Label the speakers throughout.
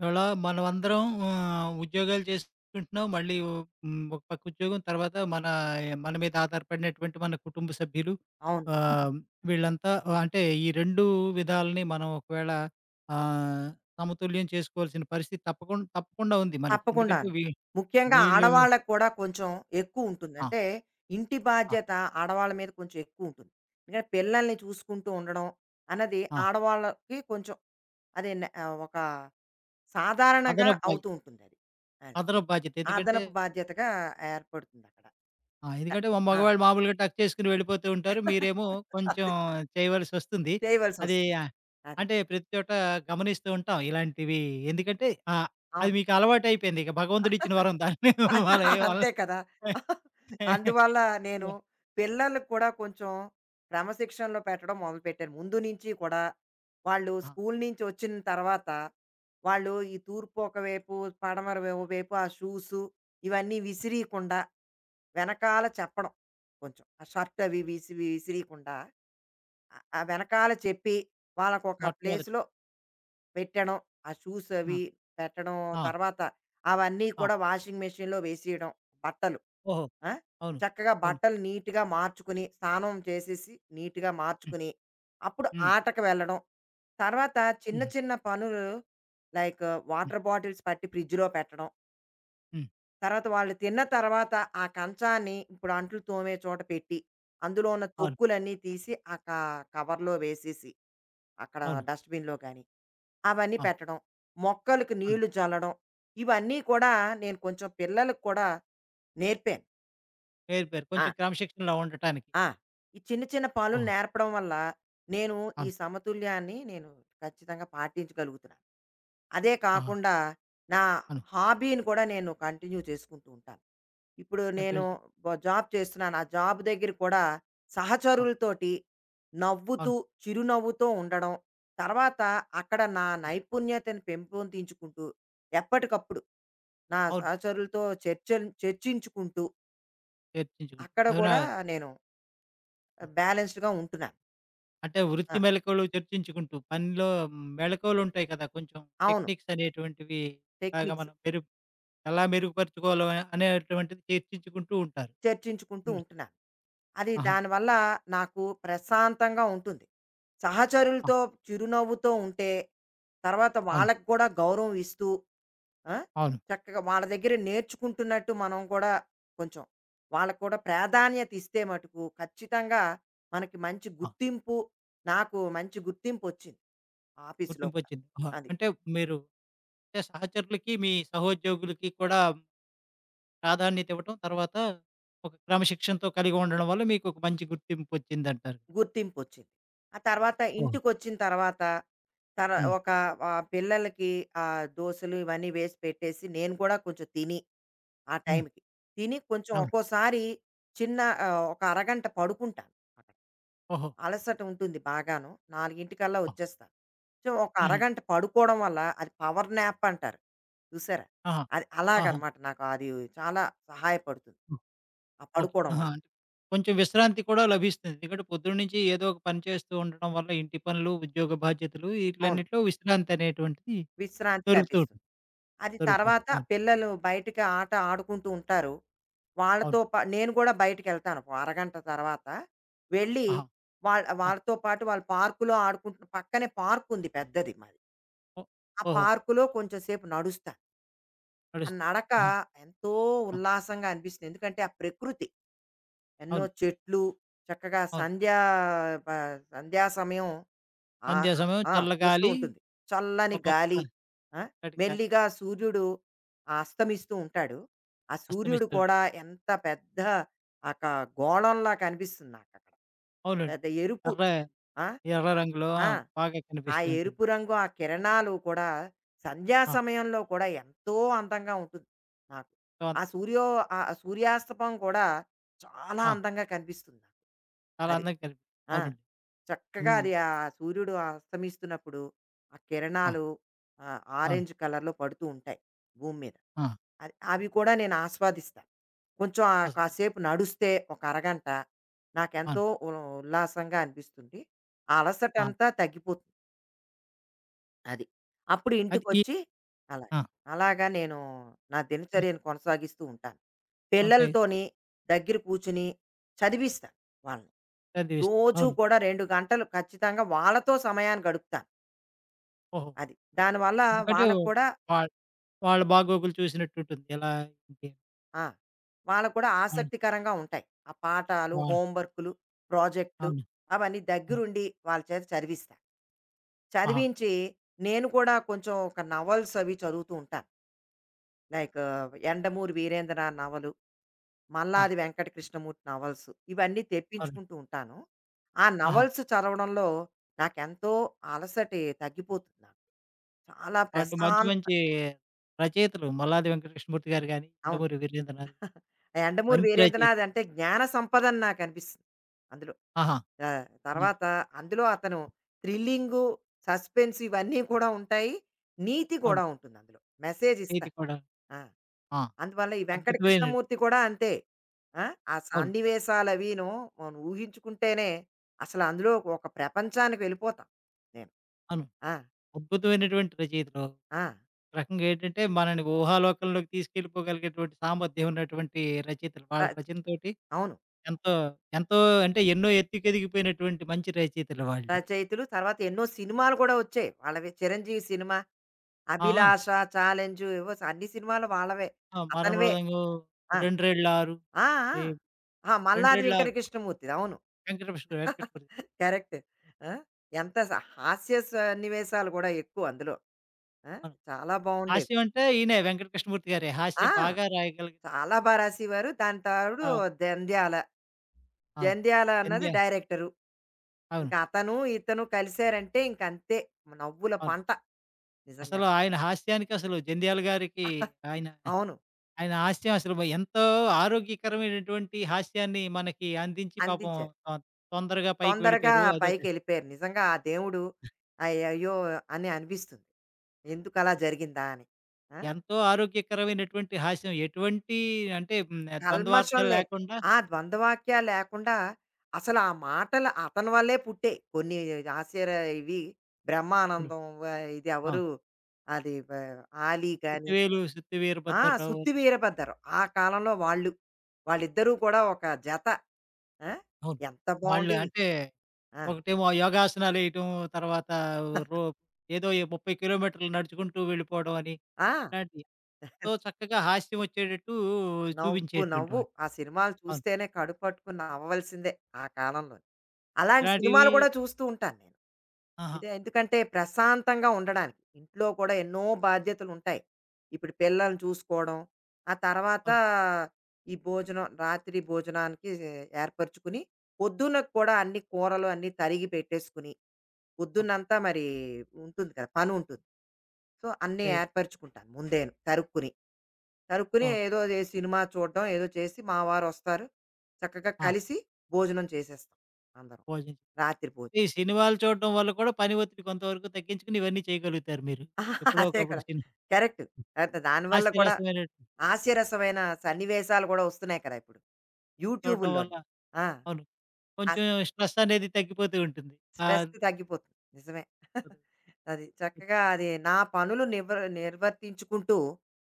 Speaker 1: ఇవాళ మనమందరం ఉద్యోగాలు చేసుకుంటున్నాం. మళ్ళీ ఓ హ్మ్. ఒక పక్క ఉద్యోగం తర్వాత మన మన మీద ఆధారపడినటువంటి మన కుటుంబ సభ్యులు
Speaker 2: అవును.
Speaker 1: ఆహ్, వీళ్ళంతా అంటే ఈ 2 విధాలని మనం ఒకవేళ ఆహ్, సమతుల్యం చేసుకోవాల్సిన పరిస్థితి తప్పకుండా ఉంది మనకి. ఎందుకంటే
Speaker 2: తప్పకుండాను. ముఖ్యంగా
Speaker 1: వీళ్ళు.
Speaker 2: ఆడవాళ్ళకి కూడా కొంచెం ఎక్కువుంటుంది.
Speaker 1: ఆ!
Speaker 2: అంటే ఇంటి
Speaker 1: ఆ!
Speaker 2: బాధ్యత ఆడవాళ్ళ మీద కొంచెం ఎక్కువుంటుంది. ఎందుకంటే పిల్లల్ని చూసుకుంటూ ఉండడం అన్నది
Speaker 1: ఆ!
Speaker 2: ఆడవాళ్ళకి కొంచెం ఒక సాధారణంగా
Speaker 1: అదనపు
Speaker 2: అవుతూ
Speaker 1: బాధ్యత.
Speaker 2: ఉంటుందది. అది.
Speaker 1: అదనపు బాధ్యత.
Speaker 2: అది
Speaker 1: ఎందుకంటే
Speaker 2: అదనపు బాధ్యతగా ఏర్పడుతుందక్కడ.
Speaker 1: ఆ!
Speaker 2: త
Speaker 1: ఎందుకంటే మా
Speaker 2: ఆ!
Speaker 1: మగవాళ్ళు మామూలుగా టక్ చేసుకొని వెళ్ళిపోతూ ఉంటారు. మీరేమో కొంచెం
Speaker 2: అది
Speaker 1: చేయవలసొస్తుంది. అది
Speaker 2: చేయవలసొస్తుంది. అది.
Speaker 1: అంటే ప్రతి చోట గమనిస్తూ ఉంటాం ఇలాంటివి. ఎందుకంటే ఆహ్, అది
Speaker 2: అవును.
Speaker 1: మీకు అలవాటైపోయింది. ఇక భగవంతుడిచ్చిన వరం దాన్ని మనం ఏం అనలేం.
Speaker 2: అంతే కదా! అందువల్ల నేను పిల్లలకి కూడా కొంచెం క్రమశిక్షణలో పెట్టడం మొదలుపెట్టాను. ముందు నుంచి కూడా వాళ్ళు
Speaker 1: ఆ!
Speaker 2: స్కూల్ నుంచి వచ్చిన తర్వాత, వాళ్ళు ఈ తూర్పు ఒకవైపు, పడమర వే వైపు ఆ షూసు ఇవన్నీ విసిరీయకుండా వెనకాల చెప్పడం కొంచెం. ఆ షర్ట్ అవి విసిరీయకుండా ఆ వెనకాల చెప్పి వాళ్ళకొక
Speaker 1: మొట్టమొదట.
Speaker 2: ప్లేస్‌లో పెట్టడం. ఆ షూస్
Speaker 1: ఆ!
Speaker 2: అవి పెట్టడం.
Speaker 1: ఆ!
Speaker 2: తర్వాత అవన్నీ
Speaker 1: ఆ!
Speaker 2: కూడా వాషింగ్ మెషిన్‌లో వేసేయడం బట్టలు.
Speaker 1: ఓహో!
Speaker 2: ఆ?
Speaker 1: అవును.
Speaker 2: చక్కగా
Speaker 1: అవును.
Speaker 2: బట్టలు నీట్‌గా మార్చుకుని, స్నానం చేసేసి నీట్‌గా
Speaker 1: హ్మ్.
Speaker 2: మార్చుకుని, అప్పుడు
Speaker 1: హ్మ్.
Speaker 2: ఆటకి వెళ్ళడం. తర్వాత చిన్న
Speaker 1: హ్మ్.
Speaker 2: చిన్న పనులు, లైక్
Speaker 1: హ్మ్.
Speaker 2: వాటర్ బాటిల్స్ పట్టి ఫ్రిడ్జ్‌లో పెట్టడం.
Speaker 1: హ్మ్.
Speaker 2: తర్వాత వాళ్ళు తిన్న తర్వాత ఆ కంచాన్ని ఇప్పుడు అంట్లు తోమే చోట పెట్టి, అందులో ఉన్న
Speaker 1: అవును.
Speaker 2: తొక్కులన్నీ తీసి ఆ క కవర్‌లో వేసేసి, అక్కడ
Speaker 1: అవును.
Speaker 2: డస్ట్‌బిన్‌లో గానీ, అవన్నీ
Speaker 1: ఆ!
Speaker 2: పెట్టడం. మొక్కలకి
Speaker 1: అవును.
Speaker 2: నీళ్లు చల్లడం. ఇవన్నీ కూడా నేను కొంచెం పిల్లలకి కూడా నేర్పాను.
Speaker 1: నేర్పారు.
Speaker 2: ఆ!
Speaker 1: కొంచెం క్రమశిక్షణలో ఉండటానికి.
Speaker 2: ఆ! ఈ చిన్న చిన్న పనులు
Speaker 1: అవును.
Speaker 2: నేర్పడం వల్ల నేను ఈ
Speaker 1: అవును.
Speaker 2: సమతుల్యాన్ని నేను ఖచ్చితంగా పాటించగలుగుతున్నాను. అదే
Speaker 1: ఆహా!
Speaker 2: కాకుండా నా
Speaker 1: అవును.
Speaker 2: హాబీని కూడా నేను కంటిన్యూ చేసుకుంటూ ఉంటాను. ఇప్పుడు నేను
Speaker 1: కంటిన్యూ చే
Speaker 2: జాబ్ చేస్తున్నాను. ఆ జాబ్ దగ్గర కూడా
Speaker 1: ఆ!
Speaker 2: సహచరులతోటి నవ్వుతూ,
Speaker 1: అవును.
Speaker 2: చిరునవ్వుతో ఉండడం. తర్వాత అక్కడ నా
Speaker 1: హ్మ్.
Speaker 2: నైపుణ్యతను పెంపొందించుకుంటూ ఎప్పటికప్పుడు నా
Speaker 1: అవును.
Speaker 2: సహచరులతో చర్చించుకుంటూ
Speaker 1: చర్చించుకుంటూ.
Speaker 2: అక్కడ
Speaker 1: అవునా?
Speaker 2: కూడా నేను బ్యాలెన్స్డ్‌గా ఉంటున్నాను.
Speaker 1: అంటే
Speaker 2: ఆ!
Speaker 1: వృత్తి మెళకువలు చర్చించుకుంటూ, పనిలో మెళకువలుంటాయి కదా! కొంచెం
Speaker 2: అవును.
Speaker 1: టెక్నిక్స్ అనేటువంటివి బాగా
Speaker 2: టెక్నిక్స్
Speaker 1: మనం మెరుగు ఎలా మెరుగుపరుచుకోవాలో అనేటువంటిది చర్చించుకుంటూ ఉంటారు.
Speaker 2: చర్చించుకుంటూ
Speaker 1: హ్మ్.
Speaker 2: ఉంటున్నాను.
Speaker 1: ఆహా!
Speaker 2: దానివల్ల నాకు ప్రశాంతంగా ఉంటుంది.
Speaker 1: ఆ!
Speaker 2: సహచరులతో చిరునవ్వుతో ఉంటే, తర్వాత
Speaker 1: అవును.
Speaker 2: వాళ్ళకి కూడా గౌరవం ఇస్తూ, ఆ!
Speaker 1: అవును.
Speaker 2: చక్కగా వాళ్ళ దగ్గర నేర్చుకుంటున్నట్టు మనం కూడా కొంచెం వాళ్ళకి కూడా ప్రాధాన్యత ఇస్తే మటుకు ఖచ్చితంగా మనకి మంచి
Speaker 1: ఆ!
Speaker 2: గుర్తింపు, నాకు మంచి గుర్తింపొచ్చింది ఆఫీసులో కూడా.
Speaker 1: గుర్తింపొచ్చింది. ఆహా!
Speaker 2: అది.
Speaker 1: అంటే మీరు అంటే సహచరులకి, మీ సహోద్యోగులకి కూడా ప్రాధాన్యత ఇవ్వటం, తర్వాత ఒక క్రమశిక్షణతో కలిగి ఉండడం వల్ల మీకు ఒక మంచి గుర్తింపొచ్చిందంటారు.
Speaker 2: గుర్తింపొచ్చింది. ఆ తర్వాత
Speaker 1: ఓహో!
Speaker 2: ఇంటికొచ్చిన తర్వాత తర
Speaker 1: హ్మ్.
Speaker 2: ఒక పిల్లలకి దోసలు ఇవన్నీ వేసి పెట్టేసి నేను కూడా కొంచెం తిని ఆ
Speaker 1: హ్మ్.
Speaker 2: టైంకి. తిని కొంచెం
Speaker 1: అవును.
Speaker 2: ఒక్కోసారి చిన్న, ఒక అరగంట పడుకుంటాను అక్కడ.
Speaker 1: ఓహో!
Speaker 2: అలసట ఉంటుంది బాగాను. 4:00కల్లా
Speaker 1: ఆ!
Speaker 2: వచ్చేస్తాను. సో, ఒక
Speaker 1: హుహు.
Speaker 2: అరగంట పడుకోవడం వల్ల అది పవర్ న్యాప్ అంటారు. చూసారా?
Speaker 1: ఆహా!
Speaker 2: అది
Speaker 1: ఆహా!
Speaker 2: అలాగనమాట, నాకు అది చాలా సహాయపడుతుంది, ఆ
Speaker 1: ఓకే.
Speaker 2: పడుకోవడం
Speaker 1: ఆహా!
Speaker 2: వల్ల.
Speaker 1: అంటే కొంచెం విశ్రాంతి కూడా లభిస్తుంది. ఎందుకంటే పొద్దున్న నుంచి ఏదో ఒక పని చేస్తూ ఉండడం వల్ల ఇంటి పనులు, ఉద్యోగ బాధ్యతలు
Speaker 2: అవును.
Speaker 1: ఈట్లన్నిట్లో విశ్రాంతి అనేటువంటిది
Speaker 2: విశ్రాంతి
Speaker 1: దొరుకుతూ
Speaker 2: లభిస్తుంది.
Speaker 1: ఉంటుంది.
Speaker 2: అది,
Speaker 1: దొరుకుతూ ఉంటుంది.
Speaker 2: తర్వాత
Speaker 1: అవును.
Speaker 2: పిల్లలు బయటకి ఆట ఆడుకుంటూ ఉంటారు.
Speaker 1: అవును.
Speaker 2: వాళ్ళతో పా నేను కూడా బయటికెళ్తాను ఒక అరగంట తర్వాత. వెళ్ళి
Speaker 1: ఆహా!
Speaker 2: వాళ్
Speaker 1: ఆ!
Speaker 2: వాళ్ళతో పాటు వాళ్ళు పార్కులో ఆడుకుంటున్న పక్కనే పార్కుంది పెద్దది మాది.
Speaker 1: ఓ
Speaker 2: ఆ
Speaker 1: ఓహో!
Speaker 2: పార్కులో కొంచెం సేపు నడుస్తా. ఆ
Speaker 1: నడుస్తుంది.
Speaker 2: నడక
Speaker 1: ఆహా!
Speaker 2: ఎంతో
Speaker 1: ఆ!
Speaker 2: ఉల్లాసంగా అనిపిస్తుంది. ఎందుకంటే ఆ ప్రకృతి, ఎన్నో
Speaker 1: అవును.
Speaker 2: చెట్లు, చక్కగా
Speaker 1: అవును.
Speaker 2: ప సంధ్యా సమయం. ఆ!
Speaker 1: సంధ్యా
Speaker 2: ఆ!
Speaker 1: సమయం
Speaker 2: ఆ! వస్తూ
Speaker 1: చల్లగాలి,
Speaker 2: ఉంటుంది. చల్లని
Speaker 1: ఒక పక్క
Speaker 2: గాలి. ఆ!
Speaker 1: చల్లటి గాలి
Speaker 2: మెల్లిగా సూర్యుడు ఆ అస్తమిస్తూ ఉంటాడు. ఆ సూర్యుడు
Speaker 1: అస్తమిస్తూ ఉంటుంది.
Speaker 2: కూడా ఎంత పెద్ద ఒక గోళంలా కనిపిస్తుంది నాకక్కడ.
Speaker 1: అవునండి.
Speaker 2: పెద్ద ఎరుపు.
Speaker 1: ఎర్ర
Speaker 2: ఆ!
Speaker 1: ఎర్ర రంగులో ఆ!
Speaker 2: ఆ!
Speaker 1: బాగా
Speaker 2: ఆ
Speaker 1: కనిపిస్తూ ఉంటుంది.
Speaker 2: ఎరుపు రంగు, ఆ కిరణాలు కూడా సంధ్యా
Speaker 1: ఆ!
Speaker 2: సమయంలో కూడా ఎంతో అందంగా ఉంటుంది నాకు.
Speaker 1: సో,
Speaker 2: ఆ సూర్యో ఆ సూర్యాస్తమం కూడా చాలా
Speaker 1: ఆ!
Speaker 2: అందంగా కనిపిస్తుంది నాకు.
Speaker 1: చాలా
Speaker 2: అది.
Speaker 1: అందంగా కనిపిస్తుంది.
Speaker 2: ఆ!
Speaker 1: అవునండి.
Speaker 2: చక్కగా
Speaker 1: హ్మ్.
Speaker 2: అది, ఆ సూర్యుడు అస్తమిస్తున్నప్పుడు ఆ
Speaker 1: ఆ!
Speaker 2: కిరణాలు ఆ
Speaker 1: అవును.
Speaker 2: ఆరెంజ్ కలర్లో పడుతూ ఉంటాయి భూమి మీద.
Speaker 1: ఆ!
Speaker 2: అవి కూడా నేను ఆస్వాదిస్తాను. కొంచెం ఆ
Speaker 1: అసలు
Speaker 2: కాసేపు నడుస్తే ఒక అరగంట నాకెంతో
Speaker 1: అవును.
Speaker 2: ఉల్లాసంగా అనిపిస్తుంది. ఆ అలసట
Speaker 1: ఆ!
Speaker 2: అంతా తగ్గిపోతుంది. అది, అప్పుడు
Speaker 1: అది
Speaker 2: ఇంటికి
Speaker 1: ఈ
Speaker 2: వచ్చి అలా
Speaker 1: ఆ!
Speaker 2: అలాగా నేను నా
Speaker 1: ఆ!
Speaker 2: దినచర్యను కొనసాగిస్తూ ఉంటాను
Speaker 1: కొనసాగి
Speaker 2: పిల్లలతోని, దగ్గర కూర్చుని చదివిస్తాను వాళ్ళని.
Speaker 1: చదివిస్
Speaker 2: రోజూ
Speaker 1: అవును.
Speaker 2: కూడా 2 గంటలు ఖచ్చితంగా వాళ్ళతో సమయాన్ని గడుపుతాను.
Speaker 1: ఓహో!
Speaker 2: అది. దానివల్ల
Speaker 1: ఎందుకంటే
Speaker 2: వాళ్ళకి కూడా,
Speaker 1: వాళ్ వాళ్ళ బాగోగులు చూసినట్టుంటుంది. ఎలా ఇంకే
Speaker 2: ఆ! వాళ్ళకి కూడా
Speaker 1: వాళ్ళు
Speaker 2: ఆసక్తికరంగా ఉంటాయి ఆ పాఠాలు,
Speaker 1: వాళ్ళ
Speaker 2: హోంవర్కులు, ప్రాజెక్ట్‌లు.
Speaker 1: అవును.
Speaker 2: అవన్నీ
Speaker 1: అవును.
Speaker 2: దగ్గరుండి వాళ్ళ చేత చదివిస్తా.
Speaker 1: ఆహా!
Speaker 2: చదివించి నేను కూడా కొంచెం ఒక నవల్స్ అవి చదువుతూ ఉంటాను. లైక్ 'యండమూరి వీరేంద్రనాథ్' నవలు,
Speaker 1: ఆ!
Speaker 2: మల్లాది వెంకటకృష్ణమూర్తి నవల్స్ ఇవన్నీ
Speaker 1: అవును.
Speaker 2: తెప్పించుకుంటూ ఉంటాను. ఆ
Speaker 1: ఆహా!
Speaker 2: నవల్స్ చదవడంలో నాకెంతో అలసట తగ్గిపోతుంది నాకు. చాలా
Speaker 1: వాళ్ళు మంచి
Speaker 2: ప్రశాంత.
Speaker 1: మంచి రచయితలు. మల్లాది వెంకటకృష్ణమూర్తి గారు గాని,
Speaker 2: అవును.
Speaker 1: యండమూరి వీరేంద్రనాథ్
Speaker 2: యండమూరి
Speaker 1: మంచి రచయిత.
Speaker 2: వీరేంద్రనాథ్ అంటే జ్ఞాన సంపద అని నాకనిపిస్తుంది అందులో.
Speaker 1: ఆహా! హ్మ్.
Speaker 2: తర్వాత అందులో అతను థ్రిల్లింగు, సస్పెన్స్ ఇవన్నీ కూడా ఉంటాయి. నీతి
Speaker 1: అవును.
Speaker 2: కూడా ఉంటుందందులో. మెసేజ్
Speaker 1: నీతి
Speaker 2: ఇస్తారు.
Speaker 1: కూడా
Speaker 2: ఆ!
Speaker 1: ఆ!
Speaker 2: అందువల్ల ఈ వెంకట
Speaker 1: అద్భుతమైన
Speaker 2: కృష్ణమూర్తి కూడా అంతే. ఆ! ఆ
Speaker 1: అవును.
Speaker 2: సన్నివేశాలవీను, మనం ఊహించుకుంటేనే అసలు అందులో ఒక ప్రపంచానికి వెళ్ళిపోతాం నేను.
Speaker 1: అవును.
Speaker 2: ఆ!
Speaker 1: అద్భుతమైనటువంటి రచయితలు. ఒక
Speaker 2: ఆ!
Speaker 1: రకంగా ఏంటంటే మనల్ని ఊహాలోకంలోకి తీసుకెళ్ళిపోగలిగేటువంటి సామర్థ్యం ఉన్నటువంటి రచయితలు. వాళ్ళ
Speaker 2: రచ్
Speaker 1: రచనతోటి
Speaker 2: అవును.
Speaker 1: ఎంతో, ఎంతో అంటే ఎన్నో ఎత్తుకెదిగిపోయినటువంటి మంచి రచయితలు వాళ్ళు.
Speaker 2: రచయితలు, తర్వాత ఎన్నో సినిమాలు కూడా వచ్చాయి వాళ్ళవి. 'చిరంజీవి' సినిమా,
Speaker 1: ఆ!
Speaker 2: 'అభిలాష', 'ఛాలెంజు' ఏవో అన్ని సినిమాలు వాళ్ళవే.
Speaker 1: ఆ!
Speaker 2: అతనివే.
Speaker 1: 'మరణమృదంగం',
Speaker 2: ఆ!
Speaker 1: 'రెండ్రేళ్లారు',
Speaker 2: ఆ! ఆ!
Speaker 1: ఈ
Speaker 2: ఆ! 'మల్లాది వెంకట
Speaker 1: 'రెండ్రేళ్లారు'
Speaker 2: కృష్ణమూర్తిది' అవును.
Speaker 1: వెంకటకృష్ణమూర్తి.
Speaker 2: కరెక్ట్. ఆ! ఎంత స హాస్య సన్నివేశాలు కూడా ఎక్కువ అందులో. ఆ!
Speaker 1: అవును.
Speaker 2: చాలా బావుండేవి.
Speaker 1: హాస్యం అంటే ఈయనే వెంకట కృష్ణమూర్తి గారే.
Speaker 2: ఆ!
Speaker 1: హాస్యం బాగా రాయగలిగిన
Speaker 2: చాలా బా రాసేవారు. దాని తోడు
Speaker 1: ఆ!
Speaker 2: జంధ్యాల.
Speaker 1: ఆ!
Speaker 2: 'జంధ్యాల' అన్నది
Speaker 1: జంధ్యాల.
Speaker 2: డైరెక్టరు. ఇంక
Speaker 1: అవును.
Speaker 2: అతను, ఇతను కలిసారంటే ఇంకంతే. నవ్వుల
Speaker 1: అవును.
Speaker 2: పంట నిజంగా.
Speaker 1: అసలు ఆయన హాస్యానికి అసలు జంధ్యాల గారికి ఆయన
Speaker 2: అవును.
Speaker 1: ఆయన హాస్యం అసలు ఎంతో ఆరోగ్యకరమైనటువంటి హాస్యాన్ని మనకి అందించి పాపం
Speaker 2: అందించారు.
Speaker 1: ఆహ్, తొందరగా పైకి
Speaker 2: తొందరగా
Speaker 1: వెళ్ళిపోయారు. అదొక
Speaker 2: పైకెళ్ళిపోయారు. నిజంగా ఆ దేవుడు, అయ్యయ్యో అని అనిపిస్తుంది. ఎందుకలా జరిగిందా అని. ఆ!
Speaker 1: ఎంతో ఆరోగ్యకరమైనటువంటి హాస్యం. ఎటువంటి అంటే
Speaker 2: కల్మషం
Speaker 1: ద్వంద్వార్థాలు
Speaker 2: లేని,
Speaker 1: లేకుండా
Speaker 2: ఆ, ద్వంద్వవాక్యాలు లేకుండా. అసలు ఆ మాటలు అతని వల్లే పుట్టాయి కొన్ని. ఆశ్చర్య ఇవి.
Speaker 1: అవును.
Speaker 2: బ్రహ్మానందం వ
Speaker 1: ఆ!
Speaker 2: ఇదెవరు? అది బ 'ఆలీ' గాని,
Speaker 1: 'సుత్తి
Speaker 2: ఆ!
Speaker 1: వీరభద్రరావు'.
Speaker 2: 'సుత్తి వీరభద్రం.' ఆ కాలంలో వాళ్ళు. వాళ్ళిద్దరూ కూడా ఒక జత. ఆ!
Speaker 1: అవును.
Speaker 2: ఎంత
Speaker 1: వాళ్ళు
Speaker 2: బావుండేవి.
Speaker 1: అంటే
Speaker 2: ఆ!
Speaker 1: ఒకటేమో యోగాసనాలేయటం, తర్వాత రో ఏదో 30 కిలోమీటర్లు నడుచుకుంటూ వెళ్ళిపోవడం అని
Speaker 2: ఆ!
Speaker 1: ఇలాంటి ఎంతో చక్కగా హాస్యం వచ్చేటట్టు
Speaker 2: నవ్వు
Speaker 1: చూపించేటువంటి
Speaker 2: నవ్వు.
Speaker 1: వాడు.
Speaker 2: ఆ సినిమాలు
Speaker 1: అవును.
Speaker 2: చూస్తేనే కడుపు పట్టుకుని నవ్వవలసిందే ఆ కాలంలో. అలాంటి
Speaker 1: ఇలాంటివి
Speaker 2: సినిమాలు కూడా చూస్తూ ఉంటాను నేను.
Speaker 1: ఆహా!
Speaker 2: ఇదే ఎందుకంటే ప్రశాంతంగా ఉండడానికి. ఇంట్లో కూడా ఎన్నో బాధ్యతలుంటాయి. ఇప్పుడు పిల్లల్ని చూసుకోవడం, ఆ తర్వాత
Speaker 1: అవును.
Speaker 2: ఈ భోజనం, రాత్రి భోజనానికి ఏర్పరుచుకుని, పొద్దున్నకి
Speaker 1: ఆ!
Speaker 2: కూడా అన్ని కూరలు అన్నీ తరిగి పెట్టేసుకుని,
Speaker 1: ఆ!
Speaker 2: పొద్దున్నంతా మరి ఉంటుంది కదా, పనుంటుంది. సో, అన్నీ
Speaker 1: ఏయ్
Speaker 2: ఏర్పరుచుకుంటాను ముందేను తరుక్కుని. తరుక్కుని
Speaker 1: ఓహ్!
Speaker 2: ఏదో ఏ సినిమా చూడడం ఏదో చేసి, మా వారొస్తారు. చక్కగా
Speaker 1: ఆ!
Speaker 2: కలిసి భోజనం చేసేస్తాం అందరం,
Speaker 1: భోజనం.
Speaker 2: రాత్రి భోజనం.
Speaker 1: ఈ సినిమాలు చూడడం వల్ల కూడా పని ఒత్తిడి కొంతవరకు తగ్గించుకొని ఇవన్నీ చేయగలుగుతారు మీరు.
Speaker 2: ఆహా,
Speaker 1: ఎప్పుడో
Speaker 2: అదే
Speaker 1: ఒకప్పుడు
Speaker 2: కదా!
Speaker 1: సిని
Speaker 2: కరెక్ట్. కరెక్ట్. దానివల్ల కూడా
Speaker 1: హాస్యరసమైనటువంటి
Speaker 2: హాస్యరసమైన సన్నివేశాలు గూడా ఒస్తున్నాయి కదా ఇప్పుడు
Speaker 1: చూడడం వల్ల
Speaker 2: యూట్యూబుల్లోని. ఆ!
Speaker 1: అవును.
Speaker 2: ఆ
Speaker 1: కొంచెం స్ట్రెస్ అనేది తగ్గిపోతూ ఉంటుంది.
Speaker 2: స్ట్రెస్
Speaker 1: ఆహ్,
Speaker 2: తగ్గిపోతుంది. నిజమే. అది చక్కగా అది నా పనులు నిర్వర్తించుకుంటూ,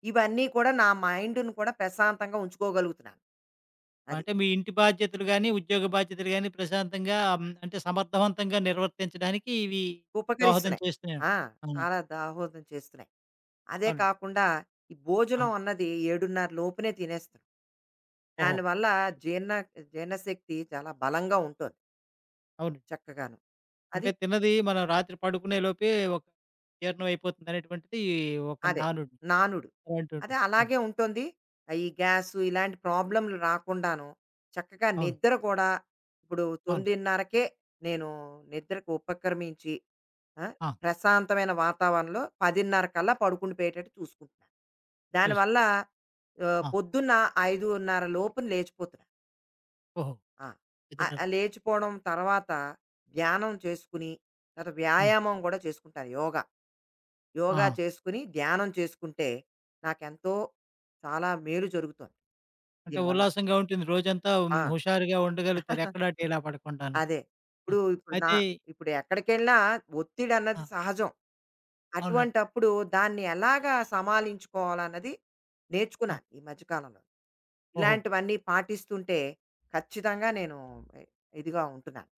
Speaker 2: ఇవన్నీ కూడా నా మైండ్‌ని కూడా ప్రశాంతంగా ఉంచుకోగలుగుతున్నాను. అది.
Speaker 1: అంటే మీ ఇంటి బాధ్యతలు గాని, ఉద్యోగ బాధ్యతలు గాని ప్రశాంతంగా అంటే సమర్థవంతంగా నిర్వర్తించడానికి ఇవి దోహదం
Speaker 2: ఉపకరిస్తున్నాయి.
Speaker 1: చేస్తున్నాయి.
Speaker 2: ఆ!
Speaker 1: అవును.
Speaker 2: చాలా దాహోదం చేస్తున్నాయి. అదే
Speaker 1: అవునండి.
Speaker 2: కాకుండా ఈ
Speaker 1: ఆహా!
Speaker 2: భోజనం అన్నది 7:30 లోపునే తినేస్తున్నాం.
Speaker 1: ఓహో!
Speaker 2: దానివల్ల జీర్ణ జీర్ణశక్తి చాలా బలంగా ఉంటుంది
Speaker 1: అవునండి.
Speaker 2: చక్కగాను. అది
Speaker 1: అంటే తిన్నది మనం రాత్రి పడుకునే లోపే ఒక జీర్ణం అయిపోతుంది అనేటువంటిది ఒక
Speaker 2: అదే.
Speaker 1: నానుడి.
Speaker 2: నానుడు.
Speaker 1: అలాంటి ఉంటుంది.
Speaker 2: అదే
Speaker 1: అవును.
Speaker 2: అలాగే ఉంటుంది. ఆ ఈ గ్యాసు ఇలాంటి ప్రాబ్లమ్‌లు రాకుండాను చక్కగా
Speaker 1: అవును.
Speaker 2: నిద్ర కూడా. ఇప్పుడు
Speaker 1: అవును.
Speaker 2: 9:30కే నేను నిద్రకు ఉపక్రమించి, ఆ,
Speaker 1: ఆ!
Speaker 2: ప్రశాంతమైన వాతావరణంలో 10:30 కల్లా పడుకుండి పోయేటట్టు చూసుకుంటున్నాను.
Speaker 1: చూసు
Speaker 2: దానివల్ల
Speaker 1: ఆ!
Speaker 2: పొద్దున్న 5:30 లోపున లేచిపోతున్నా.
Speaker 1: ఓహో!
Speaker 2: ఆ!
Speaker 1: 5:30.
Speaker 2: లేచిపోవడం తర్వాత ధ్యానం చేసుకుని, తర్వాత
Speaker 1: హ్మ్.
Speaker 2: వ్యాయామం కూడా చేసుకుంటాను, యోగ. యోగా
Speaker 1: ఆహా!
Speaker 2: చేసుకుని, ధ్యానం చేసుకుంటే నాకెంతో చాలా మేలు జరుగుతోంది
Speaker 1: అంటే
Speaker 2: దీనివల్ల.
Speaker 1: ఉల్లాసంగా ఉంటుంది. రోజంతా
Speaker 2: ఆ!
Speaker 1: హుషారుగా ఉండగలుగుతారు. ఎక్కడా డీలా పడకుండాను.
Speaker 2: అదే.
Speaker 1: అయ్
Speaker 2: ఇప్పుడు ఇప్పుడు నా,
Speaker 1: అయితే
Speaker 2: ఇప్పుడు ఎక్కడికెళ్ళినా ఒత్తిడన్నది
Speaker 1: ఆ!
Speaker 2: సహజం.
Speaker 1: అవునండి.
Speaker 2: అటువంటప్పుడు దాన్ని ఎలాగా సమాలించుకోవాలన్నది
Speaker 1: ఆ!
Speaker 2: నేర్చుకున్నాను ఈ మధ్య కాలంలో.
Speaker 1: ఓహో!
Speaker 2: ఇలాంటివన్నీ పాటిస్తుంటే ఖచ్చితంగా నేను ఇదిగా ఉంటున్నాను.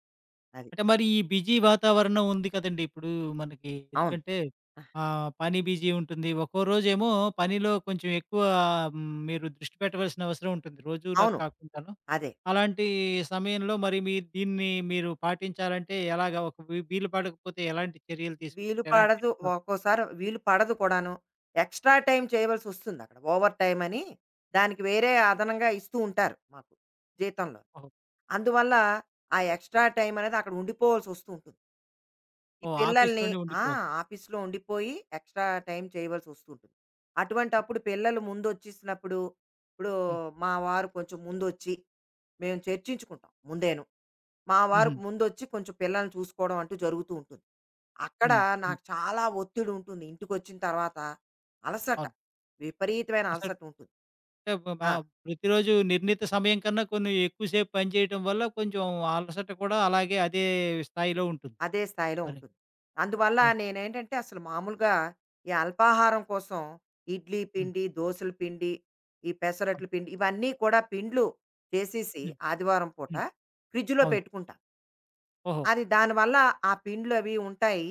Speaker 2: అది.
Speaker 1: అంటే మరి ఈ బిజీ వాతావరణం ఉంది కదండీ! ఇప్పుడు మనకి.
Speaker 2: అవును.
Speaker 1: ఎందుకంటే పని బిజీ ఉంటుంది. ఒక్కో రోజేమో పనిలో కొంచెం ఎక్కువ మీరు దృష్టి పెట్టవలసిన అవసరం ఉంటుంది. రోజులా
Speaker 2: అవును.
Speaker 1: కాకుండాను.
Speaker 2: అదే.
Speaker 1: అలాంటి సమయంలో మరి మీ దీన్ని మీరు పాటించాలంటే ఎలాగా? ఒక వీలు పడకపోతే ఎలాంటి చర్యలు
Speaker 2: వీలు
Speaker 1: తీసుకుంటే ఎలాంటి
Speaker 2: పడదు.
Speaker 1: చిట్కాలు?
Speaker 2: ఒక్కోసారి వీలు పడదు కూడాను. ఎక్స్‌ట్రా టైమ్ చేయవలసొస్తుంది అక్కడ. ఓవర్ టైమ్ అని దానికి వేరే అదనంగా ఇస్తూ ఉంటారు మాకు జీతంలో.
Speaker 1: ఓహో!
Speaker 2: అందువల్ల ఆ ఎక్స్‌ట్రా టైమ్ అనేది అక్కడ ఉండిపోవాల్సొస్తూ ఉంటుంది. ఈ
Speaker 1: ఓహ్!
Speaker 2: పిల్లల్ని,
Speaker 1: ఆఫీస్‌లోనే
Speaker 2: ఆ,
Speaker 1: ఉండిపోవాలి.
Speaker 2: ఆఫీస్‌లో ఉండిపోయి ఎక్స్‌ట్రా టైమ్ చేయవలసొస్తూ ఉంటుంది. అటువంటప్పుడు పిల్లలు ముందొచ్చేసినప్పుడు ఇప్పుడు
Speaker 1: హ్మ్.
Speaker 2: మా వారు కొంచెం ముందొచ్చి, మేము చర్చించుకుంటాం ముందేను. మా వారు
Speaker 1: హుహు.
Speaker 2: ముందొచ్చి కొంచెం పిల్లల్ని చూసుకోవడం అంటూ జరుగుతూ ఉంటుంది. అక్కడ
Speaker 1: హ్మ్. హ్మ్.
Speaker 2: నాకు చాలా ఒత్తిడి ఉంటుంది ఇంటికొచ్చిన తర్వాత. అలసట,
Speaker 1: అవును.
Speaker 2: విపరీతమైన
Speaker 1: అసలు
Speaker 2: అలసట ఉంటుంది.
Speaker 1: అంటే
Speaker 2: ఆ!
Speaker 1: ప్రతిరోజు నిర్ణీత సమయం కన్నా కొన్ని ఎక్కువ సేపు పనిచేయటం వల్ల కొంచెం అలసట కూడా అలాగే అదే స్థాయిలో ఉంటుంది.
Speaker 2: అదే స్థాయిలో
Speaker 1: మరి
Speaker 2: ఉంటుంది. అందువల్ల
Speaker 1: అవును.
Speaker 2: నేనేంటంటే అసలు మామూలుగా ఈ అల్పాహారం కోసం ఇడ్లీ
Speaker 1: హ్మ్.
Speaker 2: పిండి, దోసల పిండి, ఈ పెసరట్ల
Speaker 1: అవును.
Speaker 2: పిండి ఇవన్నీ కూడా పిండ్లు చేసేసి
Speaker 1: హ్మ్.
Speaker 2: ఆదివారం పూట
Speaker 1: హ్మ్.
Speaker 2: ఫ్రిడ్జ్‌లో
Speaker 1: అవును.
Speaker 2: పెట్టుకుంటా.
Speaker 1: ఓహో!
Speaker 2: అది దానివల్ల ఆ పిండ్లు అవి ఉంటాయి.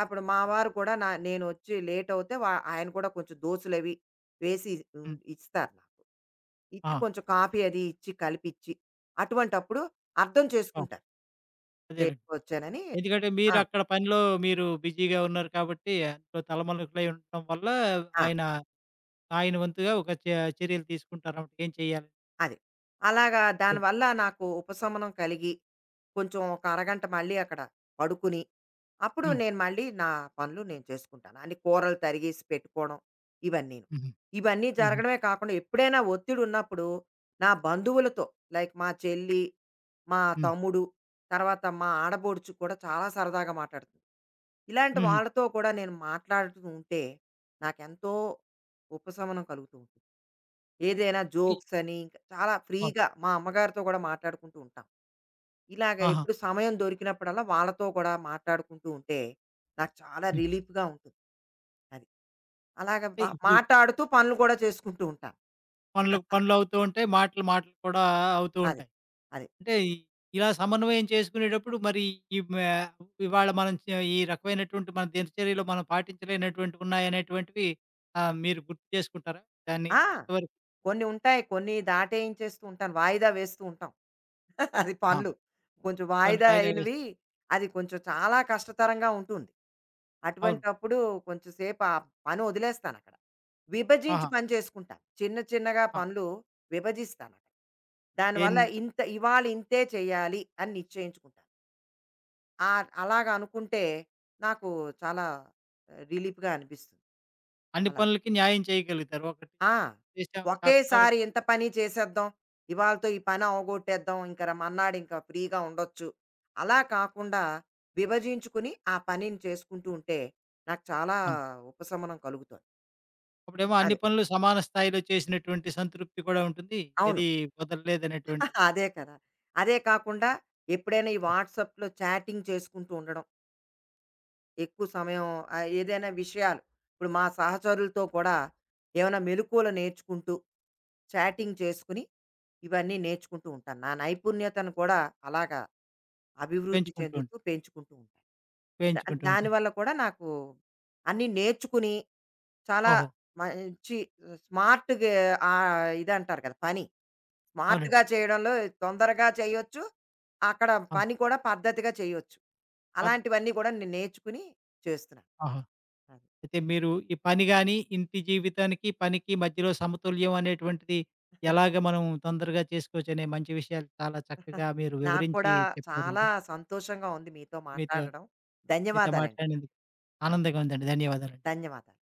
Speaker 2: అప్పుడు మా వారు కూడా, నేనొచ్చి లేట్ అవుతే ఆయన కూడా కొంచెం దోసలవి వేసి ఇ
Speaker 1: హ్మ్.
Speaker 2: ఇస్తారు నాకు. ఇచ్చి
Speaker 1: ఆ!
Speaker 2: కొంచెం కాఫీ అది ఇచ్చి కలిపిచ్చి, అటువంటప్పుడు అర్థం
Speaker 1: ఆ!
Speaker 2: చేసుకుంటారు,
Speaker 1: అదేలెండి.
Speaker 2: లేట్‌గా వచ్చానని.
Speaker 1: ఎందుకంటే
Speaker 2: ఆ!
Speaker 1: మీరక్కడ పనిలో మీరు బిజీగా ఉన్నారు కాబట్టి అందులో తలమలుకులై ఉండటం వల్ల
Speaker 2: ఆ!
Speaker 1: ఆయన, ఆయన వంతుగా ఒక చ చర్యలు తీసుకుంటారన్నమాట. ఏం చేయాలి?
Speaker 2: అది. అలాగా దానివల్ల నాకు ఉపశమనం కలిగి, కొంచెం ఒక అరగంట మళ్ళీ అక్కడ పడుకుని, అప్పుడు
Speaker 1: హ్మ్.
Speaker 2: నేను మళ్ళీ నా పనులు నేను చేసుకుంటాను. అన్ని కూరలు తరిగేసి పెట్టుకోవడం ఇవన్నీను.
Speaker 1: హుహు.
Speaker 2: ఇవన్నీ
Speaker 1: హుహు.
Speaker 2: జరగడమే కాకుండా ఎప్పుడైనా ఒత్తిడున్నప్పుడు నా బంధువులతో, లైక్ మా చెల్లి, మా
Speaker 1: హ్మ్.
Speaker 2: తమ్ముడు, తర్వాత మా ఆడబొడుచు కూడా చాలా సరదాగా మాట్లాడుతుంది, ఇలాంటి
Speaker 1: హుహు.
Speaker 2: వాళ్ళతో కూడా నేను మాట్లాడుతూ ఉంటే నాకెంతో ఉపశమనం కలుగుతూ ఉంటుంది. ఏదైనా
Speaker 1: అయి
Speaker 2: జోక్స్ అని ఇంకా చాలా
Speaker 1: అవును.
Speaker 2: ఫ్రీగా మా అమ్మగారితో కూడా మాట్లాడుకుంటూ ఉంటాం. ఇలాగ
Speaker 1: ఆహా!
Speaker 2: ఎప్పుడు సమయం దొరికినప్పుడల్లా వాళ్ళతో కూడా మాట్లాడుకుంటూ ఉంటే నాకు చాలా
Speaker 1: హ్మ్.
Speaker 2: రిలీఫ్‌గా ఉంటుంది. అది. అలాగ
Speaker 1: అంటే ఇప్పుడు
Speaker 2: మాటాడుతూ పనులు కూడా చేసుకుంటూ ఉంటాను.
Speaker 1: పనులు పనులు అవుతూ ఉంటాయి. మాటలు మాటలు కూడా అవుతూ
Speaker 2: అది.
Speaker 1: ఉంటాయి.
Speaker 2: అది.
Speaker 1: అంటే ఈ- ఇలా సమన్వయం చేసుకునేటప్పుడు మరి ఈ మ ఇవాళ మనం చే ఈ రకమైనటువంటి మన దినచర్యలో మనం పాటించలేనటువంటివి ఉన్నాయనేటువంటివి మీరు గుర్తు చేసుకుంటారా? దాన్ని
Speaker 2: ఆ!
Speaker 1: ఎంతవరకు
Speaker 2: కొన్ని ఉంటాయి, కొన్ని దాటేయించేస్తూ ఉంటాను. వాయిదా వేస్తూ ఉంటాం అది
Speaker 1: ఆ!
Speaker 2: పనులు. కొంచెం
Speaker 1: కొన్ని
Speaker 2: వాయిదా
Speaker 1: వాయిదా వేస్
Speaker 2: అయినవి, అది కొంచెం చాలా కష్టతరంగా ఉంటుంది.
Speaker 1: అవును.
Speaker 2: అటువంటప్పుడు కొంచెం సేపు ఆ పని వదిలేస్తానక్కడ. విభజించి
Speaker 1: ఆహా!
Speaker 2: పని చేసుకుంటాను. చిన్న చిన్నగా
Speaker 1: ఆ!
Speaker 2: పనులు విభజిస్తానక్కడ. దానివల్ల
Speaker 1: దేన్ని
Speaker 2: ఇంత, ఇవాళ ఇంతే చేయాలి అని నిశ్చయించుకుంటాను. అలాగ అనుకుంటే నాకు చాలా, రిలీఫ్‌గా అనిపిస్తుంది.
Speaker 1: అన్ని
Speaker 2: అలా.
Speaker 1: పనులకి న్యాయం చేయగలుగుతారు. ఒకటి
Speaker 2: ఆ!
Speaker 1: చేసామని కాకుండా ఒకటి
Speaker 2: ఒకేసారి ఇంత
Speaker 1: చేయాలి.
Speaker 2: పని చేసేద్దాం, ఇవాళతో ఈ పని అవగొట్టేద్దాం, ఇంక మన్నాడు ఇంక ఫ్రీగా ఉండొచ్చు, అలా కాకుండా విభజించుకుని ఆ పనిని చేసుకుంటూ ఉంటే నాకు చాలా
Speaker 1: అవును.
Speaker 2: ఉపశమనం కలుగుతుంది.
Speaker 1: అప్పుడేమో అన్ని
Speaker 2: అదే.
Speaker 1: పనులు సమాన స్థాయిలో చేసినటువంటి సంతృప్తి కూడా ఉంటుంది.
Speaker 2: అవును.
Speaker 1: ఏది వదలలేదనేటువంటి
Speaker 2: అదే కదా! అదే కాకుండా ఎప్పుడైనా ఈ వాట్సాప్‌లో చాటింగ్ చేసుకుంటూ ఉండడం, ఎక్కువ సమయం, ఏదైనా విషయాలు ఇప్పుడు మా సహచరులతో కూడా ఏమైనా మెలుకువలు నేర్చుకుంటూ, చాటింగ్ చేసుకుని, ఇవన్నీ నేర్చుకుంటూ ఉంటాను. నా నైపుణ్యతను కూడా అలాగా అభివృద్ధి
Speaker 1: పెంచుకుంటూ ఉం
Speaker 2: చెందుతూ పెంచుకుంటూ ఉంటాను. దా
Speaker 1: పెంచుకుంటూ ఉంటారు.
Speaker 2: దానివల్ల కూడా నాకు అన్నీ నేర్చుకుని చాలా
Speaker 1: ఓహో!
Speaker 2: మంచి స్మార్ట్‌గా, ఇదంటారు కదా, పని
Speaker 1: అవునండి.
Speaker 2: స్మార్ట్‌గా చేయడంలో తొందరగా చేయొచ్చు అక్కడ,
Speaker 1: అవును.
Speaker 2: పని కూడా పద్ధతిగా చేయొచ్చు.
Speaker 1: పద్ధతి.
Speaker 2: అలాంటివన్నీ కూడా నేను నేర్చుకుని చేస్తున్నాను.
Speaker 1: ఆహా!
Speaker 2: అది.
Speaker 1: అయితే మీరు ఈ పని గాని, ఇంటి జీవితానికి, పనికి మధ్యలో సమతుల్యం అనేటువంటిది ఎలాగ మనం తొందరగా చేసుకోవచ్చనే మంచి విషయాలు చాలా చక్కగా మీరు
Speaker 2: నాకు
Speaker 1: వివరించి
Speaker 2: కూడా చాలా
Speaker 1: చెప్పారండి.
Speaker 2: సంతోషంగా ఉంది మీతో
Speaker 1: మీతో
Speaker 2: మాట్లాడడం.
Speaker 1: మీతో
Speaker 2: ధన్యవాదాలండి.
Speaker 1: మాట్లాడినందుకు
Speaker 2: అది.
Speaker 1: ఆనందంగా ఉందండి. ధన్యవాదాలండి.
Speaker 2: ధన్యవాదాలు.